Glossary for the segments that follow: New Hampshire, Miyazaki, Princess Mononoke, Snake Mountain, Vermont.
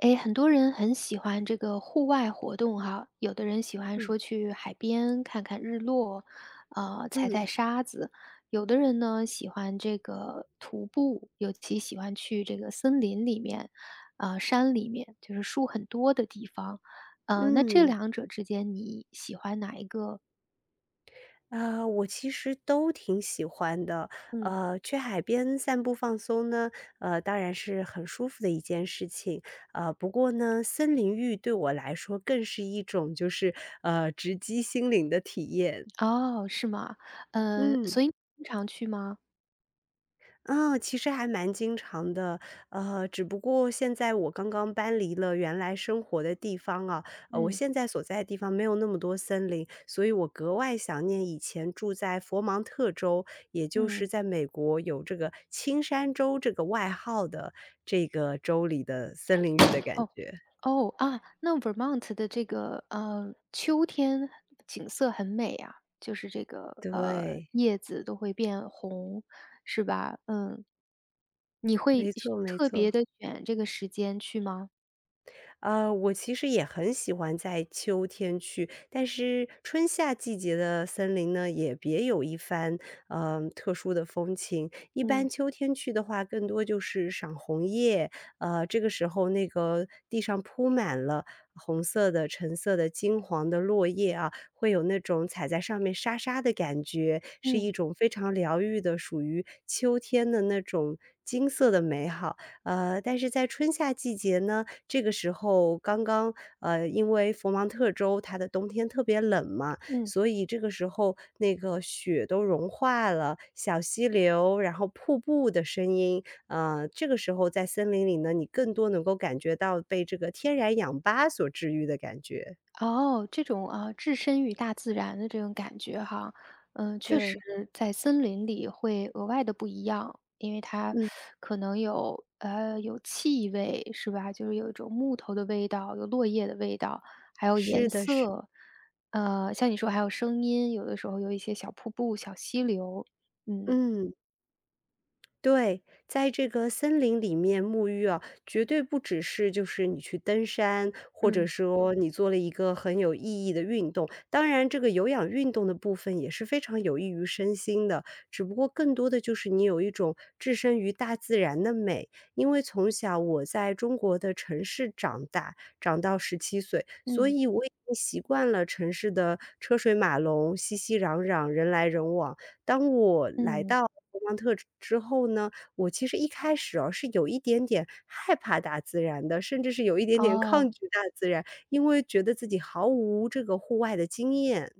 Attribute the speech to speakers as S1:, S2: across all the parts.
S1: 哎，很多人很喜欢这个户外活动哈，有的人喜欢
S2: 嗯
S1: 说去海边看看日落，踩
S2: 嗯
S1: 踩沙子；有的人呢喜欢这个徒步，尤其喜欢去这个森林里面，山里面，就是树很多的地方。那这
S2: 嗯，
S1: 两者之间你喜欢哪一个？
S2: 啊，我其实都挺喜欢的。
S1: 嗯。
S2: 去海边散步放松呢，当然是很舒服的一件事情。不过呢，森林浴对我来说更是一种就是直击心灵的体验。
S1: 哦，是吗？
S2: 嗯。
S1: 所以你经常去吗？
S2: 嗯，其实还蛮经常的，只不过现在我刚刚搬离了原来生活的地方啊，我
S1: 嗯
S2: 现在所在的地方没有那么多森林，所以我格外想念以前住在佛蒙特州，也就是
S1: 嗯。
S2: 在美国有这个"青山州"这个外号的这个州里的森林浴的感
S1: 哦。
S2: 觉。
S1: 哦，啊，那 Vermont 的这个，秋天景色很美啊，就是这个，
S2: 对，
S1: 叶子都会变红，是吧？嗯。你会
S2: 没错没
S1: 特别
S2: 错。
S1: 的选这个时间去吗？
S2: 我其实也很喜欢在秋天去，但是春夏季节的森林呢，也别有一番特殊的风情。一般
S1: 嗯，
S2: 秋天去的话，更多就是赏红叶，这个时候那个地上铺满了红色的、橙色的、金黄的落叶啊，会有那种踩在上面沙沙的感觉，是一
S1: 嗯，
S2: 种非常疗愈的，属于秋天的那种金色的美好。但是在春夏季节呢，这个时候刚刚，因为佛蒙特州它的冬天特别冷嘛，
S1: 嗯。
S2: 所以这个时候那个雪都融化了，小溪流，然后瀑布的声音，这个时候在森林里呢，你更多能够感觉到被这个天然氧吧所治愈的感觉。
S1: 哦，这种啊，置身于大自然的这种感觉哈，嗯，确实
S2: 对，
S1: 在森林里会额外的不一样，因为它
S2: 嗯，
S1: 可能有气味是吧？就是有一种木头的味道，有落叶的味道，还有颜
S2: 是
S1: 嗯
S2: 的，是
S1: 色，像你说还有声音，有的时候有一些小瀑布、小溪流，嗯
S2: 嗯。对，在这个森林里面沐浴啊，绝对不只是就是你去登山，或者
S1: 嗯，
S2: 说你做了一个很有意义的运动。当然，这个有氧运动的部分也是非常有益于身心的，只不过更多的就是你有一种置身于大自然的美。因为从小我在中国的城市长大，长到17岁，所
S1: 嗯
S2: 以我已经习惯了城市的车水马龙、熙熙攘攘、人来人往。当我来
S1: 嗯，
S2: 到莫桑特之后呢，我其实一开始哦，是有一点点害怕大自然的，甚至是有一点点
S1: 哦。
S2: 抗拒大自然，因为觉得自己毫无这个户外的经验。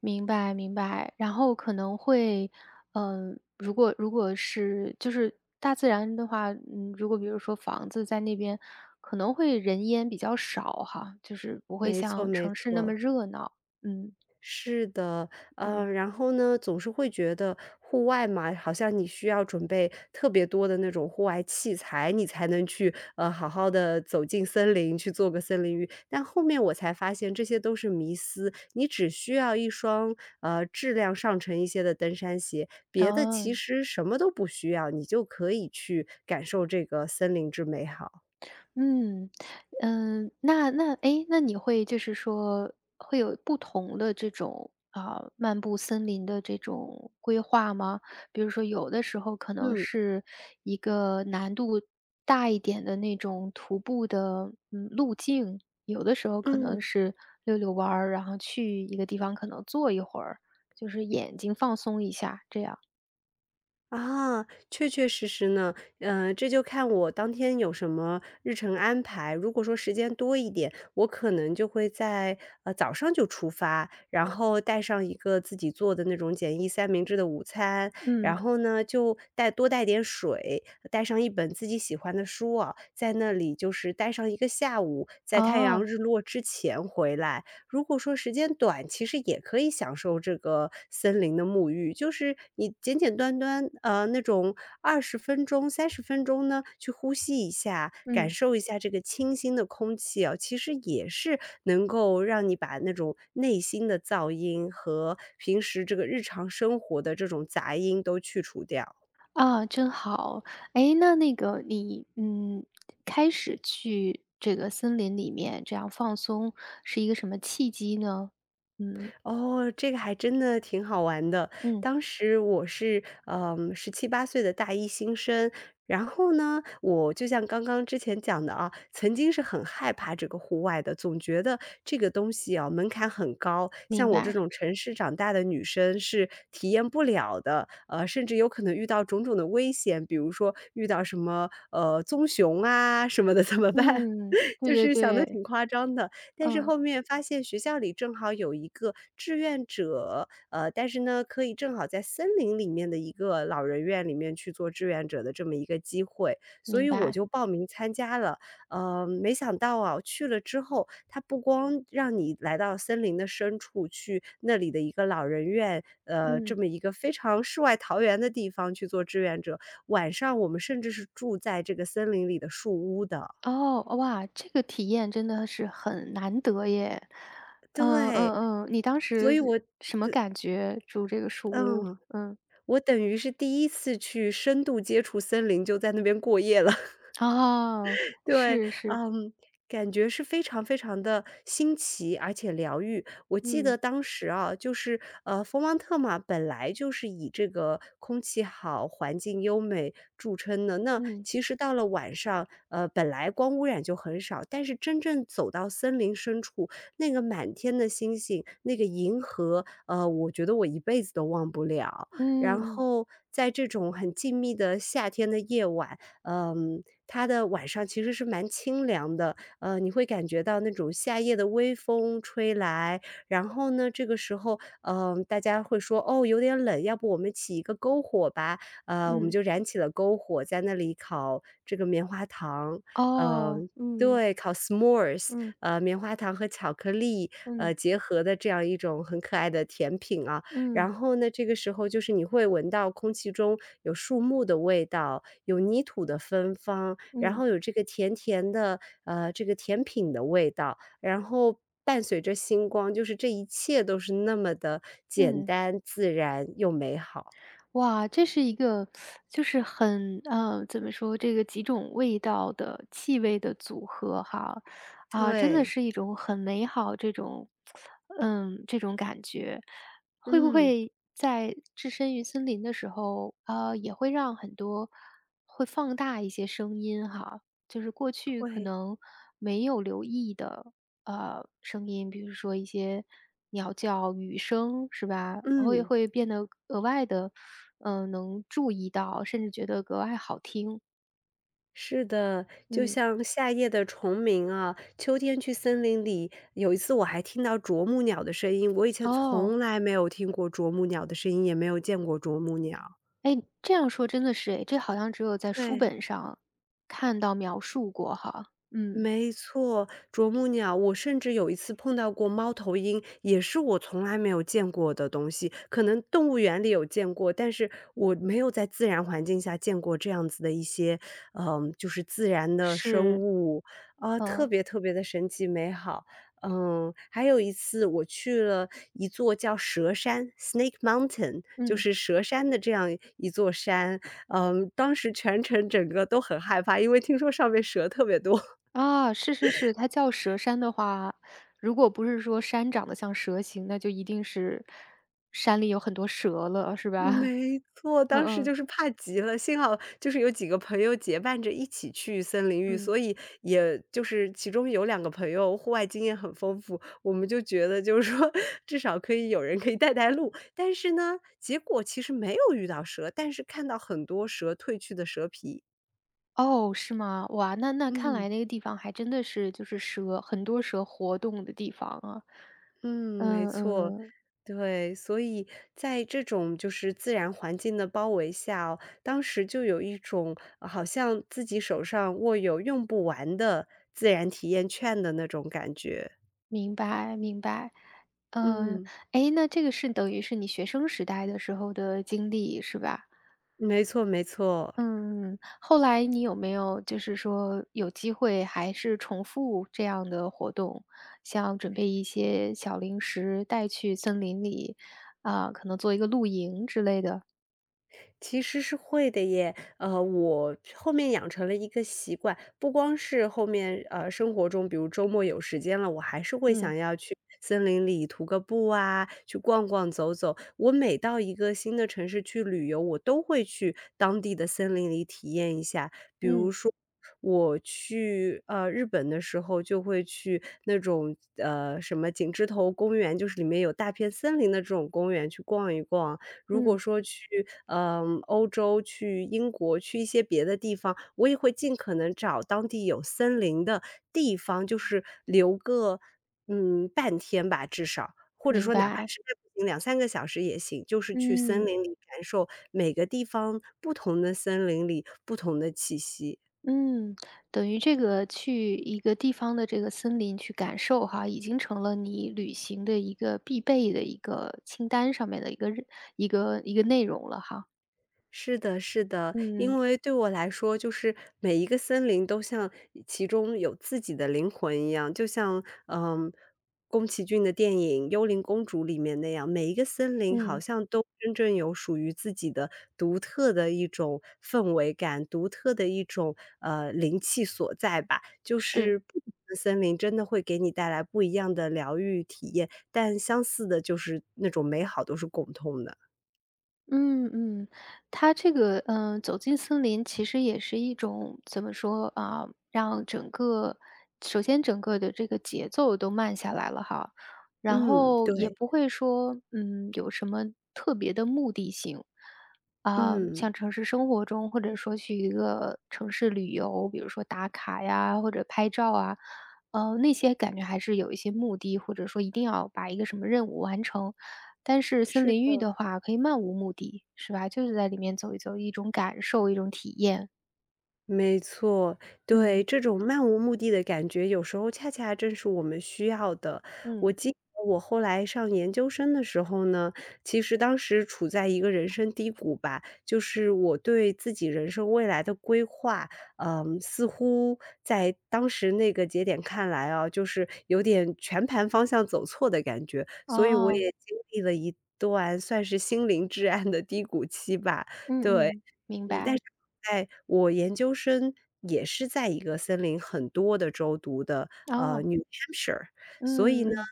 S1: 明白明白，然后可能会，如果是就是大自然的话，嗯，如果比如说房子在那边，可能会人烟比较少哈，就是不会
S2: 没错
S1: 像
S2: 没
S1: 城市那么
S2: 错。
S1: 热闹，嗯
S2: 是的，
S1: 嗯，
S2: 然后呢，总是会觉得户外嘛，好像你需要准备特别多的那种户外器材，你才能去，好好的走进森林，去做个森林浴。但后面我才发现这些都是迷思，你只需要一双，质量上乘一些的登山鞋，别的其
S1: 哦。
S2: 实什么都不需要，你就可以去感受这个森林之美好。
S1: 嗯，嗯，那，那你会就是说会有不同的这种啊，漫步森林的这种规划吗？比如说有的时候可能
S2: 嗯。
S1: 是一个难度大一点的那种徒步的，嗯，路径，有的时候可能
S2: 嗯。
S1: 是溜溜弯儿，然后去一个地方可能坐一会儿，就是眼睛放松一下，这样。
S2: 啊，确确实实呢，这就看我当天有什么日程安排。如果说时间多一点，我可能就会在早上就出发，然后带上一个自己做的那种简易三明治的午餐，然
S1: 嗯，
S2: 后呢就带多带点水，带上一本自己喜欢的书啊，在那里就是待上一个下午，在太阳
S1: 哦，
S2: 日落之前回来。如果说时间短，其实也可以享受这个森林的沐浴，就是你简简单单，那种20分钟、30分钟呢，去呼吸一下，感
S1: 嗯。
S2: 受一下这个清新的空气啊，其实也是能够让你把那种内心的噪音和平时这个日常生活的这种杂音都去除掉。
S1: 啊，真好。哎，那个你，嗯，开始去这个森林里面这样放松，是一个什么契机呢？嗯，
S2: 哦，这个还真的挺好玩的。
S1: 嗯，
S2: 当时我是，17、18岁的大一新生，然后呢，我就像刚刚之前讲的啊，曾经是很害怕这个户外的，总觉得这个东西啊，门槛很高，像
S1: 明
S2: 我这
S1: 白。
S2: 种城市长大的女生是体验不了的，甚至有可能遇到种种的危险，比如说遇到什么，棕熊啊什么的怎么办？
S1: 嗯，对
S2: 就
S1: 对
S2: 是想的
S1: 对，
S2: 挺夸张的。但是
S1: 嗯，
S2: 后面发现学校里正好有一个志愿者，但是呢，可以正好在森林里面的一个老人院里面去做志愿者的这么一个机会，所
S1: 明
S2: 以我
S1: 白。
S2: 就报名参加了。没想到啊，去了之后，他不光让你来到森林的深处，去那里的一个老人院，这
S1: 嗯，
S2: 么一个非常世外桃源的地方去做志愿者，晚上我们甚至是住在这个森林里的树屋的。
S1: 哦，哇，这个体验真的是很难得耶。嗯嗯
S2: 对，
S1: 嗯，你当
S2: 所以
S1: 时
S2: 我
S1: 什么感觉？住这个树屋？
S2: 嗯。
S1: 嗯，
S2: 我等于是第一次去深度接触森林，就在那边过夜了。
S1: 哦，
S2: 对，
S1: 是是，
S2: 嗯，感觉是非常非常的新奇，而且疗愈。我记得
S1: 嗯
S2: 当时啊，就是，佛芒特嘛，本来就是以这个空气好、环境优美著称的。那
S1: 嗯
S2: 其实到了晚上，本来光污染就很少，但是真正走到森林深处，那个满天的星星，那个银河，我觉得我一辈子都忘不了。
S1: 嗯
S2: 然
S1: 嗯
S2: 后在这种很静谧的夏天的夜晚，嗯。它的晚上其实是蛮清凉的，你会感觉到那种夏夜的微风吹来，然后呢，这个时候，大家会说："哦，有点冷，要不我们起一个篝火吧。"我们
S1: 嗯。
S2: 就燃起了篝火，在那里烤这个棉花糖，
S1: 哦，
S2: 嗯，
S1: 嗯，
S2: 对，烤 S'mores，
S1: 嗯，
S2: 棉花糖和巧克力，
S1: 嗯，
S2: 结合的这样一种很可爱的甜品啊。
S1: 嗯，
S2: 然后呢，这个时候就是你会闻到空气中有树木的味道，有泥土的芬芳，然
S1: 嗯，
S2: 后有这个甜甜的，这个甜品的味道，然后伴随着星光，就是这一切都是那么的简
S1: 嗯，
S2: 单、自然又美好。
S1: 哇，这是一个就是很，怎么说，这个几种味道的气味的组合哈，啊，真的
S2: 对，
S1: 是一种很美好这种嗯，这种感觉。会不
S2: 嗯，
S1: 会在置身于森林的时候，也会让很多会放大一些声音哈，就是过去可
S2: 会，
S1: 能没有留意的，声音，比如说一些鸟叫、雨声，是吧？也
S2: 嗯。
S1: 会变得额外的，嗯，能注意到，甚至觉得格外好听。
S2: 是的，就
S1: 嗯，
S2: 像夏夜的虫鸣啊，秋天去森林里，有一次我还听到啄木鸟的声音，我以前
S1: 哦，
S2: 从来没有听过啄木鸟的声音，也没有见过啄木鸟。
S1: 哎，这样说真的是哎，这好像只有在书
S2: 对。
S1: 本上看到描述过哈。嗯，
S2: 没错，啄木鸟，我甚至有一次碰到过猫头鹰，也是我从来没有见过的东西。可能动物园里有见过，但是我没有在自然环境下见过这样子的一些，嗯，就是自然的生
S1: 是，
S2: 物啊，特
S1: 呃，
S2: 别特别的神奇美好。嗯，还有一次我去了一座叫蛇山 （Snake Mountain），就
S1: 嗯，
S2: 是蛇山的这样一座山。嗯，当时全程整个都很害怕，因为听说上面蛇特别多。
S1: 啊，是是是，它叫蛇山的话，如果不是说山长得像蛇形，那就一定是山里有很多蛇了，是吧？
S2: 没错，
S1: 嗯
S2: 当时
S1: 嗯，
S2: 就是怕极了，幸好就是有几个朋友结伴着一起去森林浴，
S1: 嗯。
S2: 所以也就是其中有两个朋友户外经验很丰富，我们就觉得就是说至少可以有人可以带带路。但是呢，结果其实没有遇到蛇，但是看到很多蛇褪去的蛇皮。
S1: 哦，是吗？哇，那那看
S2: 嗯。
S1: 来那个地方还真的是就是蛇很多蛇活动的地方啊。
S2: 嗯，没
S1: 嗯
S2: 错，
S1: 嗯，
S2: 对，所以在这种就是自然环境的包围下当时就有一种好像自己手上握有用不完的自然体验券的那种感觉。
S1: 明白明白。嗯，
S2: 嗯，
S1: 哎，那这个是等于是你学生时代的时候的经历是吧？
S2: 没错没错。
S1: 嗯，后来你有没有就是说有机会还是重复这样的活动，像准备一些小零食带去森林里，啊，可能做一个露营之类的？
S2: 其实是会的耶，我后面养成了一个习惯，不光是后面生活中，比如周末有时间了，我还是会
S1: 嗯
S2: 想要去森林里徒个步啊，去逛逛走走。我每到一个新的城市去旅游，我都会去当地的森林里体验一下。比如
S1: 嗯
S2: 说，我去日本的时候，就会去那种什么景之头公园，就是里面有大片森林的这种公园去逛一逛。如果
S1: 嗯，
S2: 说去，欧洲、去英国、去一些别的地方，我也会尽可能找当地有森林的地方，就是留个，半天吧，至少。或者
S1: 明
S2: 说哪怕
S1: 白。
S2: 实在不行两三个小时也行，就是去森
S1: 嗯
S2: 林里感受每个地方不同的森林里不同的气息。
S1: 嗯，等于这个去一个地方的这个森林去感受哈，已经成了你旅行的一个必备的一个清单上面的一个一个内容了哈。
S2: 是的，是的，
S1: 嗯
S2: 因为对我来说，就是每一个森林都像其中有自己的灵魂一样，就像宫崎骏的电影《幽灵公主》里面那样，每一个森林好
S1: 嗯，
S2: 像都真正有属于自己的独特的一种氛围感，独特的一种灵气所在吧。就
S1: 是。
S2: 是不同的森林真的会给你带来不一样的疗愈体验，但相似的就是那种美好都是共通的。
S1: 嗯嗯，它这个，走进森林其实也是一种怎么说啊，让整个首先整个的这个节奏都慢下来了哈，然
S2: 嗯，
S1: 后也
S2: 对，
S1: 不会说，嗯，有什么特别的目的性。啊，
S2: 嗯。
S1: 像城市生活中，或者说去一个城市旅游，比如说打卡呀，或者拍照啊，那些感觉还是有一些目的，或者说一定要把一个什么任务完成。但是森
S2: 是
S1: 林浴的
S2: 的，
S1: 话，可以漫无目的，是吧？就是在里面走一走，一种感受，一种体验。
S2: 没错，对，
S1: 嗯，
S2: 这种漫无目的的感觉，有时候恰恰正是我们需要的。我
S1: 嗯，
S2: 记得我后来上研究生的时候呢，其实当时处在一个人生低谷吧，就是我对自己人生未来的规划，嗯，似乎在当时那个节点看来啊，就是有点全盘方向走错的感觉，所以我
S1: 哦，
S2: 也经历了一段算是心灵至暗的低谷期吧。
S1: 嗯
S2: 对，
S1: 嗯，明
S2: 但
S1: 白。
S2: 是哎，我研究生也是在一个森林很多的州读的，
S1: 哦，
S2: New Hampshire，所以
S1: 嗯
S2: 呢，
S1: 嗯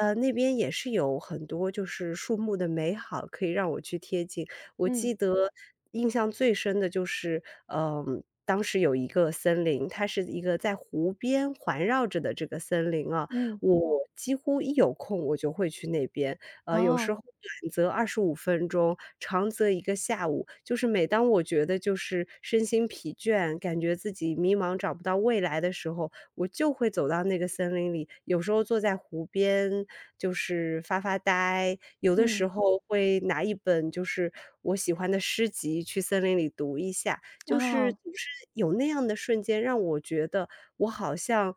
S2: 那边也是有很多就是树木的美好可以让我去贴近。我
S1: 嗯
S2: 记得印象最深的就是，当时有一个森林，它是一个在湖边环绕着的这个森林啊，
S1: 嗯，
S2: 我几乎一有空我就会去那边，有时
S1: 哦，
S2: 候短则25分钟，长则一个下午。就是每当我觉得就是身心疲倦，感觉自己迷茫找不到未来的时候，我就会走到那个森林里，有时候坐在湖边就是发发呆，有的
S1: 嗯，
S2: 时候会拿一本就是我喜欢的诗集去森林里读一下。就是
S1: 哦，
S2: 总是有那样的瞬间，让我觉得我好像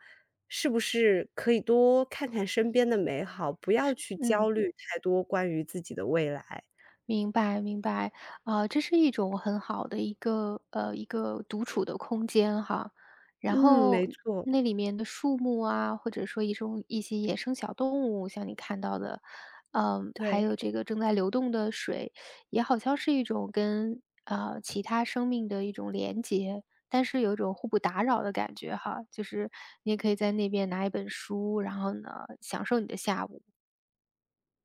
S2: 是不是可以多看看身边的美好，不要去焦
S1: 嗯。
S2: 虑太多关于自己的未来。
S1: 明白明白，啊，这是一种很好的一个一个独处的空间哈。然
S2: 嗯，没
S1: 后
S2: 错。
S1: 那里面的树木啊，或者说一种一些野生小动物，像你看到的，嗯，还
S2: 对。
S1: 有这个正在流动的水，也好像是一种跟其他生命的一种连接，但是有一种互不打扰的感觉哈。就是你也可以在那边拿一本书，然后呢，享受你的下午。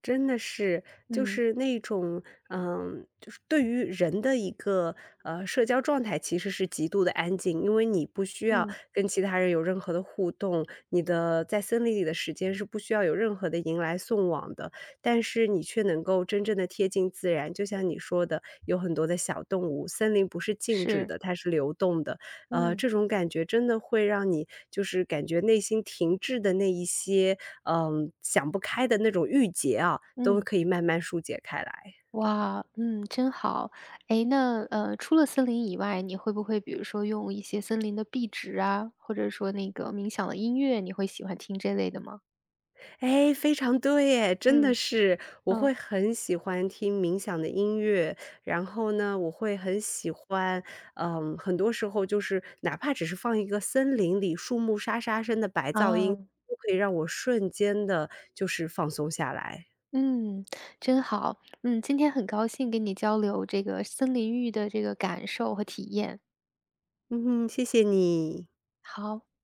S2: 真的是，就
S1: 嗯
S2: 是那种，就是对于人的一个社交状态，其实是极度的安静，因为你不需要
S1: 嗯，
S2: 跟其他人有任何的互动，你的在森林里的时间是不需要有任何的迎来送往的，但是你却能够真正的贴近自然。就像你说的，有很多的小动物，森林不是静止
S1: 是，
S2: 的，它是流动的，
S1: 嗯
S2: 这种感觉真的会让你就是感觉内心停滞的那一些，想不开的那种郁结啊，都
S1: 嗯。
S2: 可以慢慢疏解开来。
S1: 哇，嗯，真好。诶，那，除了森林以外，你会不会比如说用一些森林的壁纸啊，或者说那个冥想的音乐，你会喜欢听这类的吗？
S2: 哎，非常对耶，真的
S1: 嗯，
S2: 是，我
S1: 嗯，
S2: 会很喜欢听冥想的音乐，然后呢，我会很喜欢，很多时候就是哪怕只是放一个森林里树木沙沙声的白噪音，
S1: 啊，
S2: 都可以让我瞬间的就是放松下来。
S1: 嗯，真好。嗯，今天很高兴跟你交流这个森林浴的这个感受和体验。
S2: 嗯哼，谢谢你。
S1: 好。